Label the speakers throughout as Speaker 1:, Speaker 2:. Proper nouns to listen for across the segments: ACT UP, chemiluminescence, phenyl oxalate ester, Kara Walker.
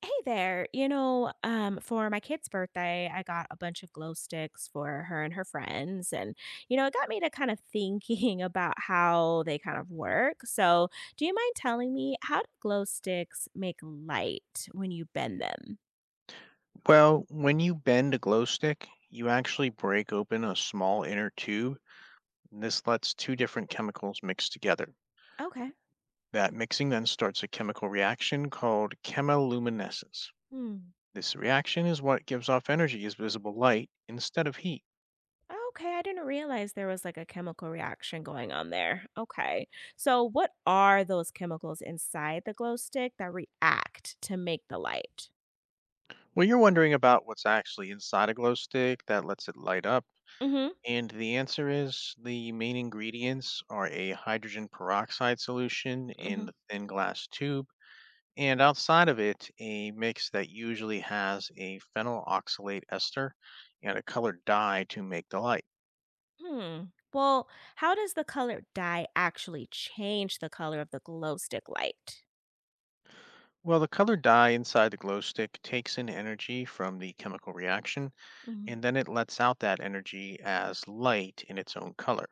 Speaker 1: Hey there. For my kid's birthday, I got a bunch of glow sticks for her and her friends. And, it got me to kind of thinking about how they kind of work. So, do you mind telling me how do glow sticks make light when you bend them?
Speaker 2: Well, when you bend a glow stick, you actually break open a small inner tube, and this lets two different chemicals mix together.
Speaker 1: Okay.
Speaker 2: That mixing then starts a chemical reaction called chemiluminescence.
Speaker 1: Hmm.
Speaker 2: This reaction is what gives off energy as visible light instead of heat.
Speaker 1: Okay. I didn't realize there was like a chemical reaction going on there. Okay. So, what are those chemicals inside the glow stick that react to make the light?
Speaker 2: Well, you're wondering about what's actually inside a glow stick that lets it light up,
Speaker 1: Mm
Speaker 2: and the answer is the main ingredients are a hydrogen peroxide solution
Speaker 1: hmm. Mm hmm.
Speaker 2: in the thin glass tube. And outside of it, a mix that usually has a phenyl oxalate ester and a colored dye to make the light.
Speaker 1: Hmm. Well, how does the color dye actually change the color of the glow stick light?
Speaker 2: Well, the colored dye inside the glow stick takes in energy from the chemical reaction,
Speaker 1: Mhm.
Speaker 2: and then it lets out that energy as light in its own color.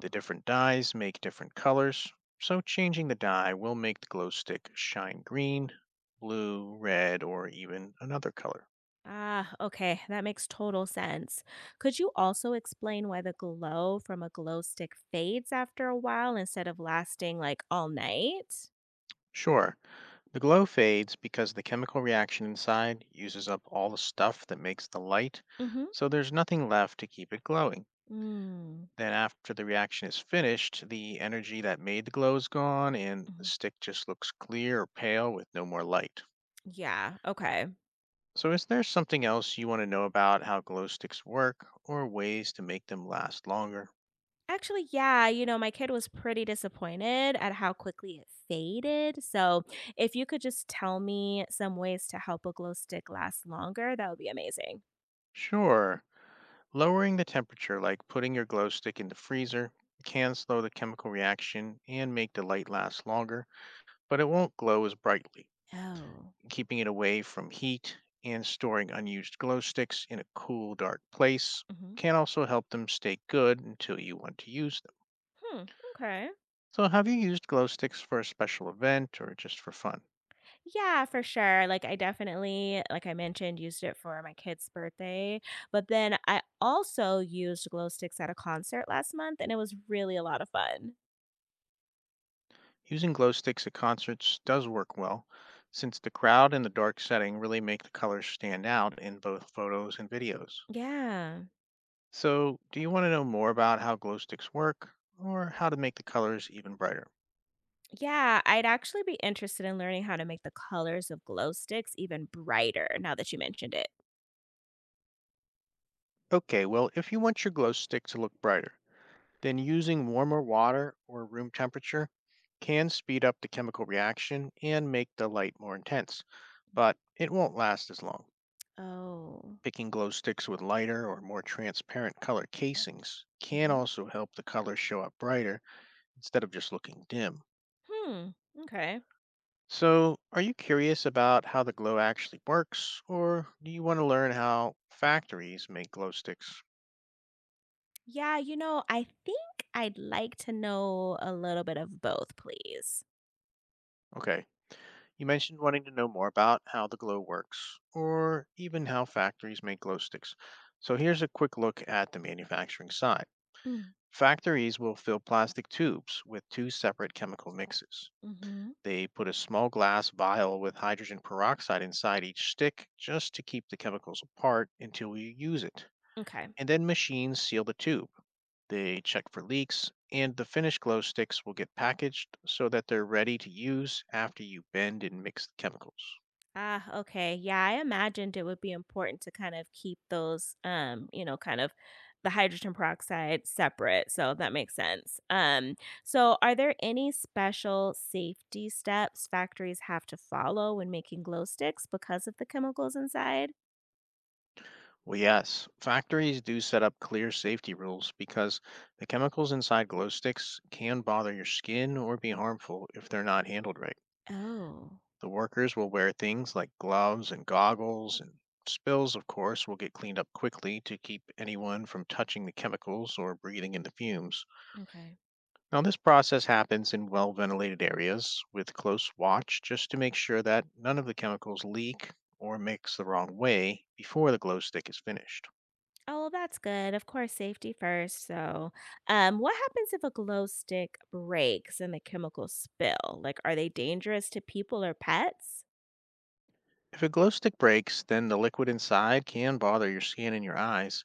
Speaker 2: The different dyes make different colors, so changing the dye will make the glow stick shine green, blue, red, or even another color.
Speaker 1: Ah, okay. That makes total sense. Could you also explain why the glow from a glow stick fades after a while instead of lasting like all night?
Speaker 2: Sure. The glow fades because the chemical reaction inside uses up all the stuff that makes the light,
Speaker 1: Mhm.
Speaker 2: so there's nothing left to keep it glowing.
Speaker 1: Mm.
Speaker 2: Then, after the reaction is finished, the energy that made the glow is gone, and the
Speaker 1: Mhm.
Speaker 2: stick just looks clear or pale with no more light.
Speaker 1: Yeah, okay.
Speaker 2: So, is there something else you want to know about how glow sticks work or ways to make them last longer?
Speaker 1: Actually, yeah, my kid was pretty disappointed at how quickly it faded. So, if you could just tell me some ways to help a glow stick last longer, that would be amazing.
Speaker 2: Sure. Lowering the temperature, like putting your glow stick in the freezer, can slow the chemical reaction and make the light last longer, but it won't glow as brightly.
Speaker 1: Oh.
Speaker 2: Keeping it away from heat and storing unused glow sticks in a cool, dark place
Speaker 1: Hmm.
Speaker 2: can also help them stay good until you want to use them.
Speaker 1: Hmm. Okay.
Speaker 2: So, have you used glow sticks for a special event or just for fun?
Speaker 1: Yeah, for sure. Like, I definitely, like I mentioned, used it for my kid's birthday. But then I also used glow sticks at a concert last month, and it was really a lot of fun.
Speaker 2: Using glow sticks at concerts does work well, since the crowd and the dark setting really make the colors stand out in both photos and videos.
Speaker 1: Yeah.
Speaker 2: So, do you want to know more about how glow sticks work or how to make the colors even brighter?
Speaker 1: Yeah, I'd actually be interested in learning how to make the colors of glow sticks even brighter now that you mentioned it.
Speaker 2: Okay, well, if you want your glow stick to look brighter, then using warmer water or room temperature can speed up the chemical reaction and make the light more intense, but it won't last as long.
Speaker 1: Oh.
Speaker 2: Picking glow sticks with lighter or more transparent color casings can
Speaker 1: Hmm.
Speaker 2: also help the colors show up brighter instead of just looking dim.
Speaker 1: Hmm. Okay.
Speaker 2: So, are you curious about how the glow actually works, or do you want to learn how factories make glow sticks?
Speaker 1: Yeah, I think I'd like to know a little bit of both, please.
Speaker 2: Okay, you mentioned wanting to know more about how the glow works, or even how factories make glow sticks. So, here's a quick look at the manufacturing side. Factories will fill plastic tubes with two separate chemical mixes.
Speaker 1: Mm-hmm.
Speaker 2: They put a small glass vial with hydrogen peroxide inside each stick just to keep the chemicals apart until you use it.
Speaker 1: Okay.
Speaker 2: And then machines seal the tube. They check for leaks, and the finished glow sticks will get packaged so that they're ready to use after you bend and mix the chemicals.
Speaker 1: Ah, okay. Yeah, I imagined it would be important to kind of keep those, kind of the hydrogen peroxide separate. So that makes sense. So are there any special safety steps factories have to follow when making glow sticks because of the chemicals inside?
Speaker 2: Well, yes, factories do set up clear safety rules because the chemicals inside glow sticks can bother your skin or be harmful if they're not handled right.
Speaker 1: Oh,
Speaker 2: The workers will wear things like gloves and goggles, and spills, of course, will get cleaned up quickly to keep anyone from touching the chemicals or breathing in the fumes.
Speaker 1: okay.
Speaker 2: Now, this process happens in well ventilated areas with close watch just to make sure that none of the chemicals leak or mix the wrong way before the glow stick is finished.
Speaker 1: Oh, well, that's good. Of course, safety first. So, what happens if a glow stick breaks and the chemicals spill? Like, are they dangerous to people or pets?
Speaker 2: If a glow stick breaks, then the liquid inside can bother your skin and your eyes,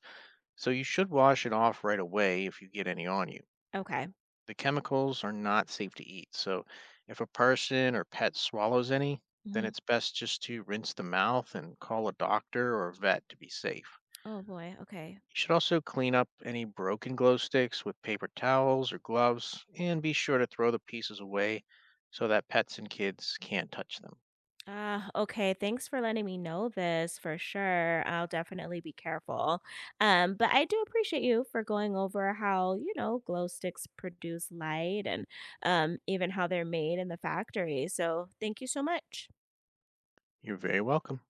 Speaker 2: so you should wash it off right away if you get any on you.
Speaker 1: Okay.
Speaker 2: The chemicals are not safe to eat, so if a person or pet swallows any, then it's best just to rinse the mouth and call a doctor or a vet to be safe.
Speaker 1: Oh boy. Okay.
Speaker 2: You should also clean up any broken glow sticks with paper towels or gloves and be sure to throw the pieces away so that pets and kids can't touch them.
Speaker 1: Ah, okay. Thanks for letting me know this for sure. I'll definitely be careful. But I do appreciate you for going over how, glow sticks produce light and even how they're made in the factory. So thank you so much.
Speaker 2: You're very welcome.